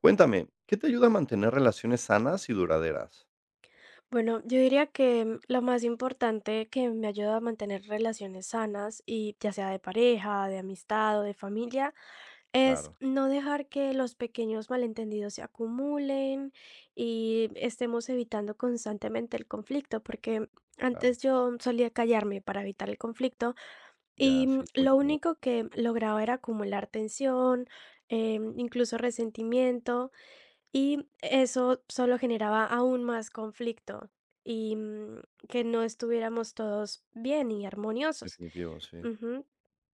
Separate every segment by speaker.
Speaker 1: Cuéntame, ¿qué te ayuda a mantener relaciones sanas y duraderas?
Speaker 2: Bueno, yo diría que lo más importante que me ayuda a mantener relaciones sanas, y ya sea de pareja, de amistad o de familia, es
Speaker 1: Claro,
Speaker 2: no dejar que los pequeños malentendidos se acumulen y estemos evitando constantemente el conflicto, porque antes
Speaker 1: claro.
Speaker 2: yo solía callarme para evitar el conflicto y
Speaker 1: Ya, sí, es muy
Speaker 2: lo
Speaker 1: común.
Speaker 2: único que lograba era acumular tensión, incluso resentimiento. Y eso solo generaba aún más conflicto y que no estuviéramos todos bien y armoniosos.
Speaker 1: Definitivo, sí.
Speaker 2: Ujú.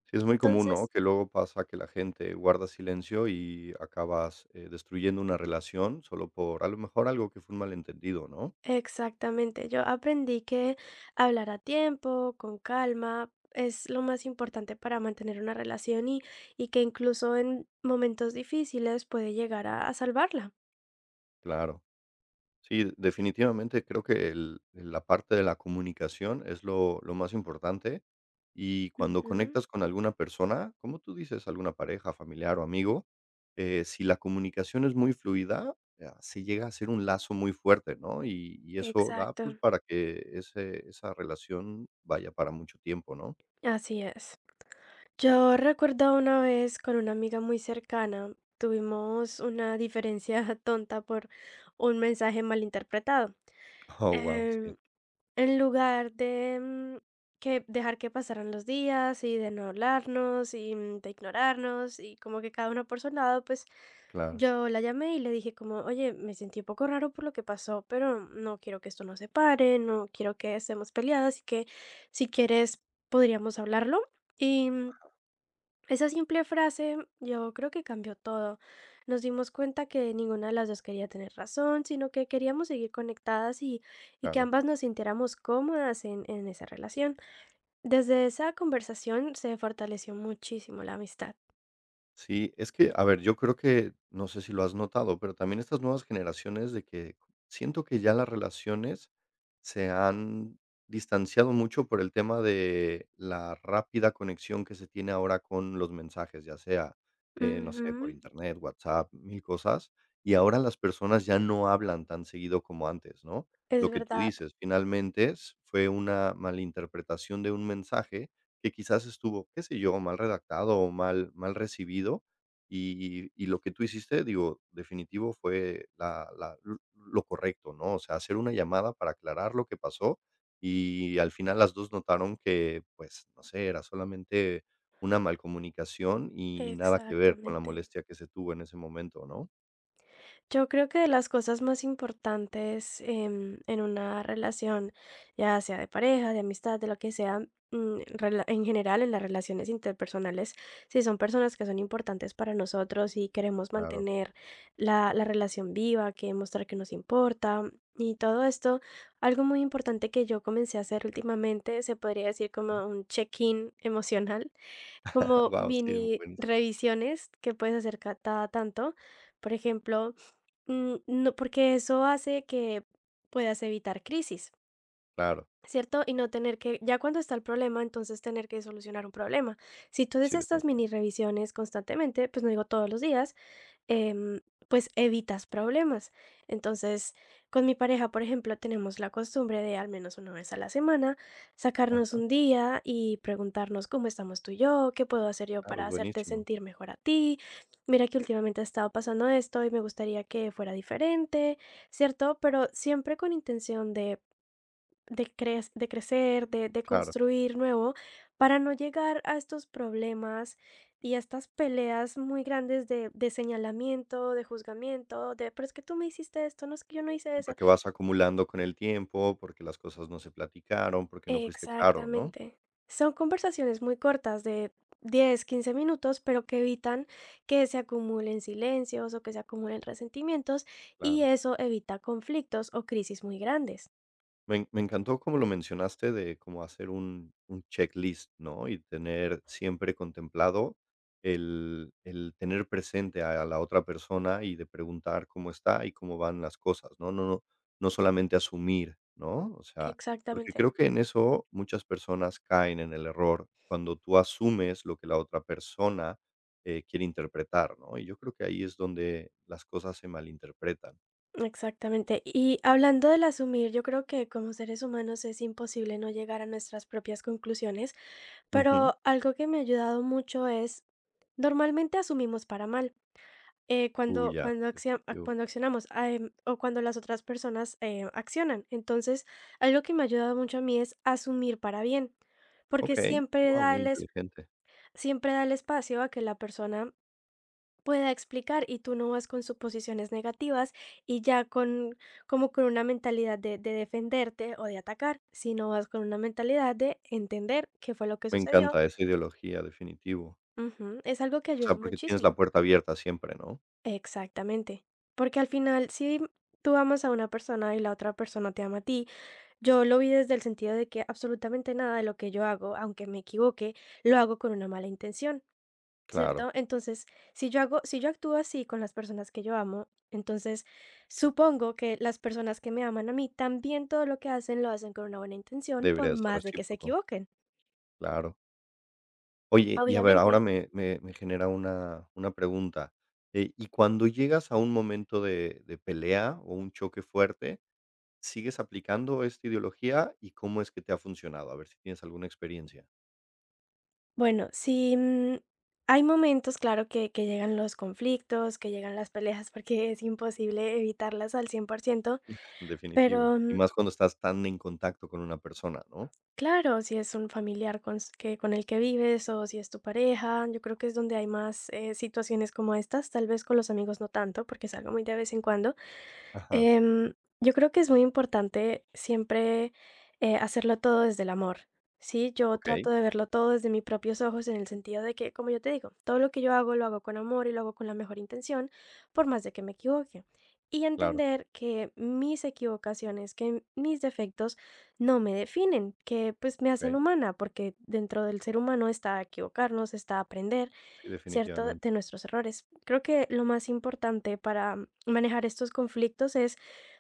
Speaker 1: Sí, es muy común, ¿no?
Speaker 2: Entonces,
Speaker 1: Que luego pasa que la gente guarda silencio y acabas, destruyendo una relación solo por, a lo mejor, algo que fue un malentendido, ¿no?
Speaker 2: exactamente, yo aprendí que hablar a tiempo, con calma, es lo más importante para mantener una relación y que incluso en momentos difíciles puede llegar a salvarla.
Speaker 1: Claro. Sí, definitivamente creo que la parte de la comunicación es lo más importante y cuando
Speaker 2: Ujú.
Speaker 1: conectas con alguna persona, como tú dices, alguna pareja, familiar o amigo, si la comunicación es muy fluida, se llega a ser un lazo muy fuerte, ¿no? Y eso da
Speaker 2: Exacto,
Speaker 1: pues para que esa relación vaya para mucho tiempo, ¿no?
Speaker 2: así es. Yo recuerdo una vez con una amiga muy cercana, tuvimos una diferencia tonta por un mensaje malinterpretado.
Speaker 1: Oh, wow, sí.
Speaker 2: Em, en lugar de que dejar que pasaran los días y de no hablarnos y de ignorarnos y como que cada uno por su lado, pues
Speaker 1: Sí, claro,
Speaker 2: yo la llamé y le dije como, oye, me sentí un poco raro por lo que pasó, pero no quiero que esto nos separe, no quiero que estemos peleadas y que si quieres podríamos hablarlo. Y mm, Esa simple frase yo creo que cambió todo. Nos dimos cuenta que ninguna de las dos quería tener razón, sino que queríamos seguir conectadas y que
Speaker 1: claro.
Speaker 2: ambas nos sintiéramos cómodas en esa relación. Desde esa conversación se fortaleció muchísimo la amistad.
Speaker 1: Sí, es que, a ver, yo creo que, no sé si lo has notado, pero también estas nuevas generaciones de que siento que ya las relaciones se han distanciado mucho por el tema de la rápida conexión que se tiene ahora con los mensajes, ya sea, no sé, por
Speaker 2: Ujú,
Speaker 1: internet, WhatsApp, mil cosas, y ahora las personas ya no hablan tan seguido como antes, ¿no?
Speaker 2: es
Speaker 1: Lo que tú
Speaker 2: verdad,
Speaker 1: dices, finalmente fue una malinterpretación de un mensaje que quizás estuvo, qué sé yo, mal redactado o mal recibido, y lo que tú hiciste, digo, definitivo fue la la l lo correcto, ¿no? O sea, hacer una llamada para aclarar lo que pasó, y al final las 2 notaron que, pues, no sé, era solamente una mal comunicación y nada que ver con la
Speaker 2: exactamente.
Speaker 1: molestia que se tuvo en ese momento, ¿no?
Speaker 2: Yo creo que de las cosas más importantes en una relación, ya sea de pareja, de amistad, de lo que sea, en general en las relaciones interpersonales, si son personas que son importantes para nosotros y queremos
Speaker 1: Claro.
Speaker 2: mantener la relación viva, que mostrar que nos importa y todo esto, algo muy importante que yo comencé a hacer últimamente, se podría decir como un check-in emocional, como
Speaker 1: Wow, sí,
Speaker 2: mini
Speaker 1: buenísimo.
Speaker 2: revisiones que puedes hacer cada tanto. Por ejemplo, no, porque eso hace que puedas evitar crisis,
Speaker 1: Claro,
Speaker 2: ¿cierto? Y no tener que, ya cuando está el problema, entonces tener que solucionar un problema. Si tú haces
Speaker 1: sí,
Speaker 2: estas
Speaker 1: definitiva.
Speaker 2: mini revisiones constantemente, pues no digo todos los días, em, pues evitas problemas. Entonces, con mi pareja, por ejemplo, tenemos la costumbre de al menos una vez a la semana
Speaker 1: Ajá,
Speaker 2: sacarnos un día y preguntarnos cómo estamos tú y yo, qué puedo hacer yo
Speaker 1: claro,
Speaker 2: para
Speaker 1: es
Speaker 2: hacerte
Speaker 1: buenísimo.
Speaker 2: sentir mejor a ti. Mira que últimamente ha estado pasando esto y me gustaría que fuera diferente, ¿cierto? Pero siempre con intención de crecer, de
Speaker 1: Claro.
Speaker 2: construir nuevo, para no llegar a estos problemas y a estas peleas muy grandes de señalamiento, de juzgamiento, de, pero es que tú me hiciste esto, no es que yo no hice eso.
Speaker 1: Porque vas acumulando con el tiempo, porque las cosas no se platicaron, porque no fuiste claro, ¿no?
Speaker 2: Exactamente. Son conversaciones muy cortas de 10, 15 minutos, pero que evitan que se acumulen silencios o que se acumulen resentimientos y
Speaker 1: Claro.
Speaker 2: eso evita conflictos o crisis muy grandes.
Speaker 1: Me encantó como lo mencionaste de cómo hacer un checklist, ¿no? Y tener siempre contemplado el tener presente a la otra persona y de preguntar cómo está y cómo van las cosas, ¿no? No solamente asumir, ¿no? O sea, porque
Speaker 2: Exactamente.
Speaker 1: creo que en eso muchas personas caen en el error cuando tú asumes lo que la otra persona, quiere interpretar, ¿no? Y yo creo que ahí es donde las cosas se malinterpretan.
Speaker 2: Exactamente. Y hablando del asumir, yo creo que como seres humanos es imposible no llegar a nuestras propias conclusiones,
Speaker 1: Ujú.
Speaker 2: pero algo que me ha ayudado mucho es, normalmente asumimos para mal.
Speaker 1: Uy, ya, definitivo.
Speaker 2: Cuando accionamos o cuando las otras personas accionan. Entonces, algo que me ha ayudado mucho a mí es asumir para bien, porque
Speaker 1: Okey, guau, muy inteligente.
Speaker 2: siempre da el espacio a que la persona pueda explicar y tú no vas con suposiciones negativas y ya con como con una mentalidad de defenderte o de atacar, sino vas con una mentalidad de entender qué fue lo que
Speaker 1: Me
Speaker 2: sucedió.
Speaker 1: encanta esa ideología, definitivo.
Speaker 2: Ujú. Es algo que
Speaker 1: O sea,
Speaker 2: ayuda
Speaker 1: porque tienes la
Speaker 2: muchísimo.
Speaker 1: puerta abierta siempre, ¿no?
Speaker 2: Exactamente. Porque al final, si tú amas a una persona y la otra persona te ama a ti, yo lo vi desde el sentido de que absolutamente nada de lo que yo hago, aunque me equivoque, lo hago con una mala intención.
Speaker 1: Claro,
Speaker 2: ¿Cierto? Entonces, si yo actúo así con las personas que yo amo, entonces supongo que las personas que me aman a mí también todo lo que hacen lo hacen con una buena intención, por
Speaker 1: debería ser
Speaker 2: más de que se
Speaker 1: recíproco,
Speaker 2: equivoquen.
Speaker 1: claro. Oye, y a ver, ahora
Speaker 2: Obviamente,
Speaker 1: me genera una pregunta, y cuando llegas a un momento de pelea o un choque fuerte, ¿sigues aplicando esta ideología y cómo es que te ha funcionado? A ver si tienes alguna experiencia.
Speaker 2: bueno, si, mm, hay momentos, claro, que llegan los conflictos, que llegan las peleas, porque es imposible evitarlas al 100%
Speaker 1: Definitivo.
Speaker 2: pero
Speaker 1: Y más cuando estás tan en contacto con una persona, ¿no?
Speaker 2: claro, si es un familiar con el que vives o si es tu pareja, yo creo que es donde hay más situaciones como estas, tal vez con los amigos no tanto, porque es algo muy de vez en cuando.
Speaker 1: Ajá,
Speaker 2: Em, yo creo que es muy importante siempre, hacerlo todo desde el amor, ¿sí? Yo
Speaker 1: okey,
Speaker 2: trato de verlo todo desde mis propios ojos en el sentido de que, como yo te digo, todo lo que yo hago lo hago con amor y lo hago con la mejor intención, por más de que me equivoque. Y
Speaker 1: claro,
Speaker 2: entender que mis equivocaciones, que mis defectos no me definen, que pues me hacen
Speaker 1: okey.
Speaker 2: humana, porque dentro del ser humano está equivocarnos, está aprender.
Speaker 1: Sí,
Speaker 2: ¿Cierto?
Speaker 1: definitivamente,
Speaker 2: De nuestros errores. Creo que lo más importante para manejar estos conflictos es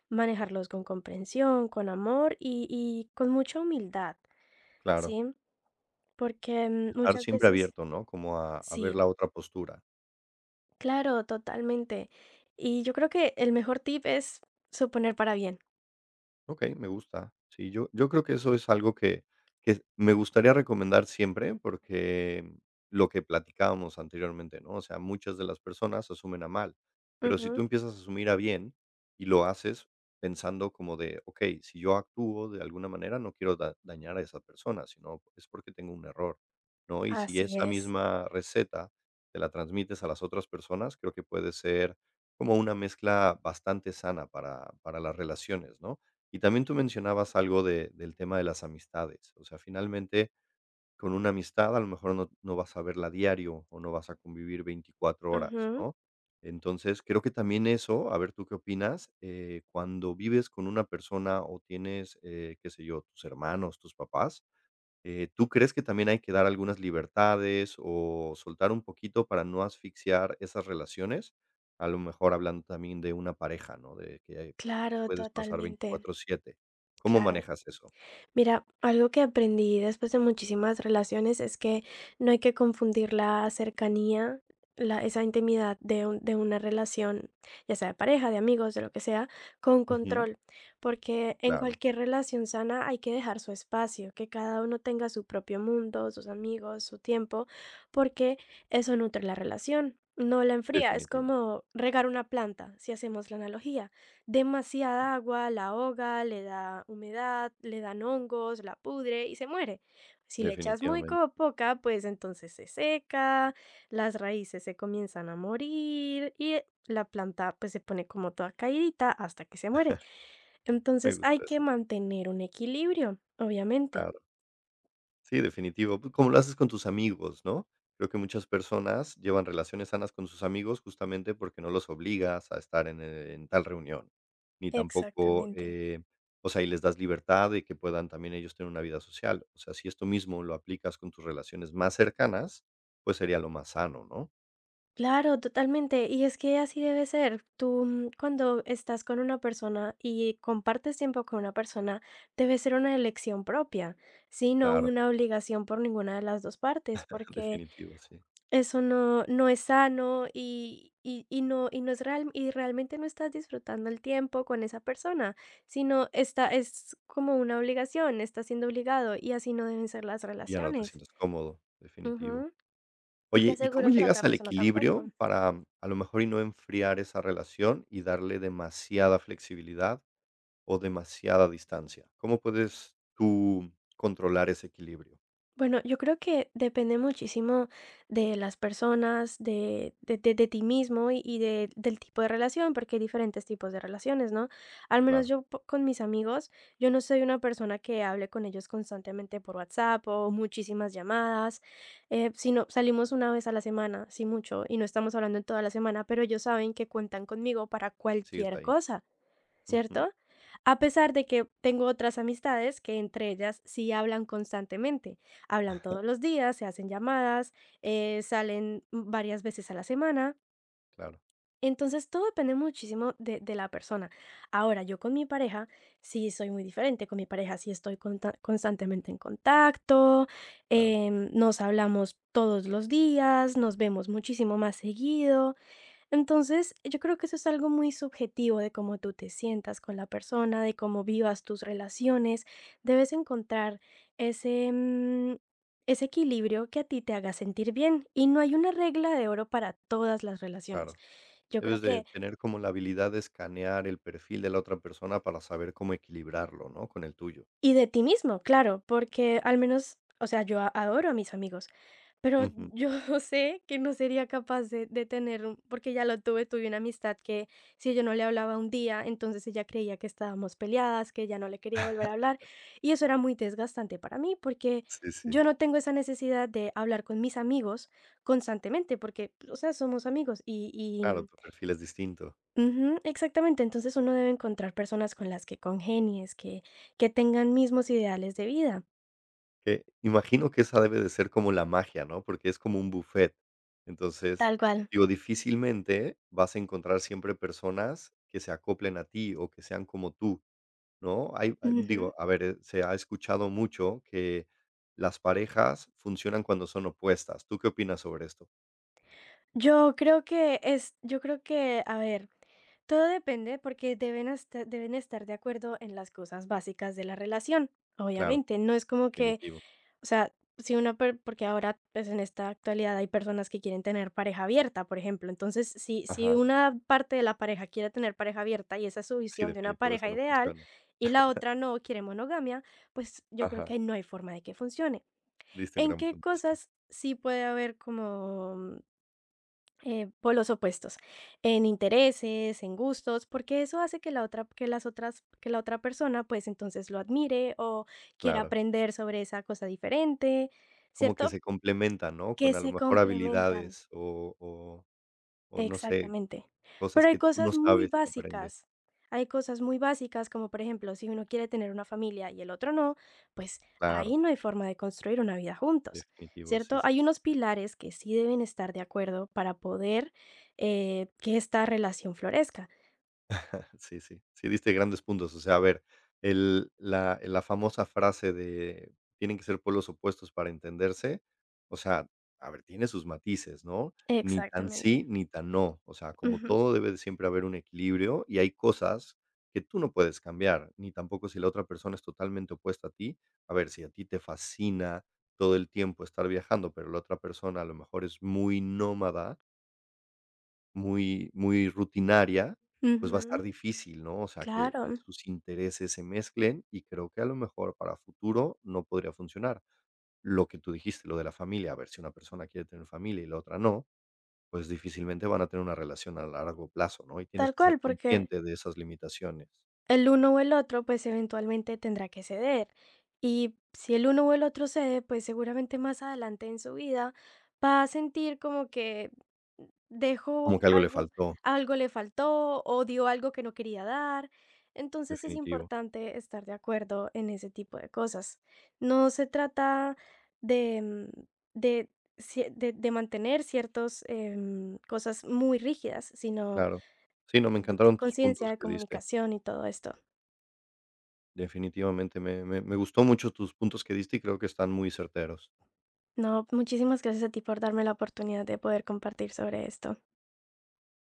Speaker 2: manejarlos con comprensión, con amor y con mucha humildad,
Speaker 1: claro.
Speaker 2: ¿sí? Porque
Speaker 1: Estar
Speaker 2: muchas
Speaker 1: siempre
Speaker 2: veces,
Speaker 1: abierto, ¿no? Como a ver
Speaker 2: sí,
Speaker 1: la otra postura.
Speaker 2: claro, totalmente. Y yo creo que el mejor tip es suponer para bien.
Speaker 1: Okey, me gusta. Sí, yo creo que eso es algo que me gustaría recomendar siempre, porque lo que platicábamos anteriormente, ¿no? O sea, muchas de las personas asumen a mal, pero si tú
Speaker 2: Ujú.
Speaker 1: empiezas a asumir a bien y lo haces pensando como de: "Okey, si yo actúo de alguna manera, no quiero da dañar a esa persona, sino es porque tengo un error", ¿no? Y si
Speaker 2: Así
Speaker 1: esa
Speaker 2: es.
Speaker 1: misma receta te la transmites a las otras personas, creo que puede ser como una mezcla bastante sana para las relaciones, ¿no? Y también tú mencionabas algo de del tema de las amistades. O sea, finalmente, con una amistad a lo mejor no vas a verla diario o no vas a convivir 24 horas,
Speaker 2: Ujú.
Speaker 1: ¿no? Entonces, creo que también eso, a ver tú qué opinas, cuando vives con una persona o tienes, qué sé yo, tus hermanos, tus papás, ¿tú crees que también hay que dar algunas libertades o soltar un poquito para no asfixiar esas relaciones? A lo mejor hablando también de una pareja, ¿no? De que
Speaker 2: Claro,
Speaker 1: puedes pasar
Speaker 2: totalmente,
Speaker 1: 24/7. ¿Cómo
Speaker 2: claro.
Speaker 1: manejas eso?
Speaker 2: Mira, algo que aprendí después de muchísimas relaciones es que no hay que confundir la cercanía, esa intimidad de una relación, ya sea de pareja, de amigos, de lo que sea, con
Speaker 1: Ujú,
Speaker 2: control, porque en
Speaker 1: claro,
Speaker 2: cualquier relación sana hay que dejar su espacio, que cada uno tenga su propio mundo, sus amigos, su tiempo, porque eso nutre la relación. No la enfría, es
Speaker 1: definitivo,
Speaker 2: como regar una planta, si hacemos la analogía demasiada agua, la ahoga, le da humedad, le dan hongos, la pudre y se muere. Si le echas
Speaker 1: definitivamente.
Speaker 2: poca, pues entonces se seca, las raíces se comienzan a morir y la planta pues se pone como toda caídita hasta que se muere.
Speaker 1: Me
Speaker 2: Entonces hay
Speaker 1: gusta
Speaker 2: que
Speaker 1: eso,
Speaker 2: mantener un equilibrio, obviamente.
Speaker 1: claro. Sí, definitivo. Pues, como lo haces con tus amigos, ¿no? Creo que muchas personas llevan relaciones sanas con sus amigos justamente porque no los obligas a estar en tal reunión, ni tampoco,
Speaker 2: Exactamente.
Speaker 1: o sea, y les das libertad de que puedan también ellos tener una vida social. O sea, si esto mismo lo aplicas con tus relaciones más cercanas, pues sería lo más sano, ¿no?
Speaker 2: Claro, totalmente. Y es que así debe ser. Tú, cuando estás con una persona y compartes tiempo con una persona, debe ser una elección propia, ¿sí? No
Speaker 1: Claro,
Speaker 2: una obligación por ninguna de las dos partes, porque
Speaker 1: definitivo, sí.
Speaker 2: eso no es sano y no es real, y realmente no estás disfrutando el tiempo con esa persona, es como una obligación, estás siendo obligado y así no deben ser las
Speaker 1: Y ya no te
Speaker 2: relaciones.
Speaker 1: sientes cómodo, definitivo.
Speaker 2: Ujú. Y te
Speaker 1: Oye, ¿y cómo
Speaker 2: aseguro que la
Speaker 1: llegas
Speaker 2: otra
Speaker 1: al
Speaker 2: persona
Speaker 1: equilibrio
Speaker 2: tampoco.
Speaker 1: para, a lo mejor, y no enfriar esa relación y darle demasiada flexibilidad o demasiada distancia? ¿Cómo puedes tú controlar ese equilibrio?
Speaker 2: Bueno, yo creo que depende muchísimo de las personas, de ti mismo del tipo de relación, porque hay diferentes tipos de relaciones, ¿no? Al menos
Speaker 1: Claro,
Speaker 2: con mis amigos, yo no soy una persona que hable con ellos constantemente por WhatsApp o muchísimas llamadas, sino salimos una vez a la semana, sí mucho, y no estamos hablando en toda la semana, pero ellos saben que cuentan conmigo para
Speaker 1: sigues
Speaker 2: cualquier
Speaker 1: ahí.
Speaker 2: cosa.
Speaker 1: Ujú,
Speaker 2: ¿Cierto? A pesar de que tengo otras amistades que entre ellas sí hablan constantemente, hablan todos los días, se hacen llamadas, salen varias veces a la semana.
Speaker 1: claro,
Speaker 2: Entonces todo depende muchísimo de la persona. Ahora, yo con mi pareja sí soy muy diferente, con mi pareja sí estoy constantemente en contacto,
Speaker 1: claro,
Speaker 2: nos hablamos todos los días, nos vemos muchísimo más seguido, entonces, yo creo que eso es algo muy subjetivo de cómo tú te sientas con la persona, de cómo vivas tus relaciones. Debes encontrar ese, mm, ese equilibrio que a ti te haga sentir bien. Y no hay una regla de oro para todas las relaciones.
Speaker 1: claro.
Speaker 2: Yo creo
Speaker 1: Debes de
Speaker 2: que,
Speaker 1: tener como la habilidad de escanear el perfil de la otra persona para saber cómo equilibrarlo, ¿no?, con el tuyo.
Speaker 2: y de ti mismo, claro, porque al menos, o sea, adoro a mis amigos. Pero
Speaker 1: Ujú.
Speaker 2: yo sé que no sería capaz de, porque ya lo tuve, tuve una amistad que si yo no le hablaba un día, entonces ella creía que estábamos peleadas, que ya no le quería volver a hablar. Y eso era muy desgastante para mí, porque
Speaker 1: Sí, sí.
Speaker 2: yo no tengo esa necesidad de hablar con mis amigos constantemente, porque, o sea, somos amigos.
Speaker 1: Claro, tu perfil es distinto.
Speaker 2: Ujú, exactamente, entonces uno debe encontrar personas con las que congenies, que tengan mismos ideales de vida.
Speaker 1: Que imagino que esa debe de ser como la magia, ¿no? Porque es como un buffet. Entonces,
Speaker 2: Tal cual.
Speaker 1: digo, difícilmente vas a encontrar siempre personas que se acoplen a ti o que sean como tú, ¿no?
Speaker 2: Ujú.
Speaker 1: Digo, a ver, se ha escuchado mucho que las parejas funcionan cuando son opuestas. ¿Tú qué opinas sobre esto?
Speaker 2: Yo creo que, a ver, todo depende porque deben estar de acuerdo en las cosas básicas de la relación,
Speaker 1: Claro,
Speaker 2: obviamente, no es como que,
Speaker 1: definitivo.
Speaker 2: o sea, si una per porque ahora, pues, en esta actualidad hay personas que quieren tener pareja abierta, por ejemplo, entonces, si
Speaker 1: Ajá.
Speaker 2: una parte de la pareja quiere tener pareja abierta y esa es su
Speaker 1: Sí,
Speaker 2: visión de una
Speaker 1: definitivo, eso
Speaker 2: pareja
Speaker 1: no
Speaker 2: ideal,
Speaker 1: funciona.
Speaker 2: y la otra no quiere monogamia, pues, yo creo que
Speaker 1: Ajá.
Speaker 2: ahí no hay forma de que funcione.
Speaker 1: Diste un
Speaker 2: ¿En
Speaker 1: gran
Speaker 2: qué
Speaker 1: punto, sí.
Speaker 2: cosas sí puede haber como polos opuestos en intereses, en gustos, porque eso hace que la otra, que las otras, que la otra persona, pues entonces lo admire o quiera
Speaker 1: Claro.
Speaker 2: aprender sobre esa cosa diferente,
Speaker 1: Como que
Speaker 2: ¿cierto?
Speaker 1: se complementan, ¿no?
Speaker 2: Que
Speaker 1: Con a lo
Speaker 2: se
Speaker 1: mejor
Speaker 2: complementan.
Speaker 1: habilidades o no sé,
Speaker 2: Exactamente.
Speaker 1: cosas
Speaker 2: Pero hay
Speaker 1: que tú
Speaker 2: cosas
Speaker 1: no
Speaker 2: muy
Speaker 1: sabes que aprendes.
Speaker 2: básicas. Hay cosas muy básicas, como por ejemplo, si uno quiere tener una familia y el otro no, pues
Speaker 1: Claro,
Speaker 2: ahí no hay forma de construir una vida juntos,
Speaker 1: definitivo,
Speaker 2: ¿cierto? Hay unos pilares que sí deben estar de acuerdo para poder que esta relación florezca.
Speaker 1: sí, sí. Sí diste grandes puntos. O sea, a ver, el la la famosa frase de: "Tienen que ser pueblos opuestos para entenderse", o sea, a ver, tiene sus matices, ¿no? Ni tan sí,
Speaker 2: Exactamente.
Speaker 1: ni tan no. O sea, como
Speaker 2: Ujú,
Speaker 1: todo debe de siempre haber un equilibrio, y hay cosas que tú no puedes cambiar, ni tampoco si la otra persona es totalmente opuesta a ti. A ver, si a ti te fascina todo el tiempo estar viajando, pero la otra persona a lo mejor es muy nómada, muy rutinaria, pues va a estar
Speaker 2: ujú.
Speaker 1: difícil, ¿no? O sea, que
Speaker 2: Claro,
Speaker 1: sus intereses se mezclen, y creo que a lo mejor para futuro no podría funcionar. Lo que tú dijiste, lo de la familia, a ver, si una persona quiere tener familia y la otra no, pues difícilmente van a tener una relación a largo plazo, ¿no? Y
Speaker 2: tal
Speaker 1: tienes que
Speaker 2: cual,
Speaker 1: ser
Speaker 2: porque
Speaker 1: consciente de esas limitaciones.
Speaker 2: el uno o el otro, pues, eventualmente tendrá que ceder. Y si el uno o el otro cede, pues, seguramente más adelante en su vida va a sentir como que
Speaker 1: Como
Speaker 2: dejó
Speaker 1: que algo le
Speaker 2: algo,
Speaker 1: faltó,
Speaker 2: algo le faltó o dio algo que no quería dar. Entonces, es
Speaker 1: definitivo,
Speaker 2: importante estar de acuerdo en ese tipo de cosas. No se trata de, mm, de sie de mantener cosas muy rígidas, sino
Speaker 1: claro. Sí, no, me
Speaker 2: de
Speaker 1: encantaron tus
Speaker 2: conciencia,
Speaker 1: puntos
Speaker 2: de
Speaker 1: que diste.
Speaker 2: comunicación y todo esto.
Speaker 1: Definitivamente me gustó mucho tus puntos que diste, y creo que están muy certeros.
Speaker 2: No, muchísimas gracias a ti por darme la oportunidad de poder compartir sobre esto.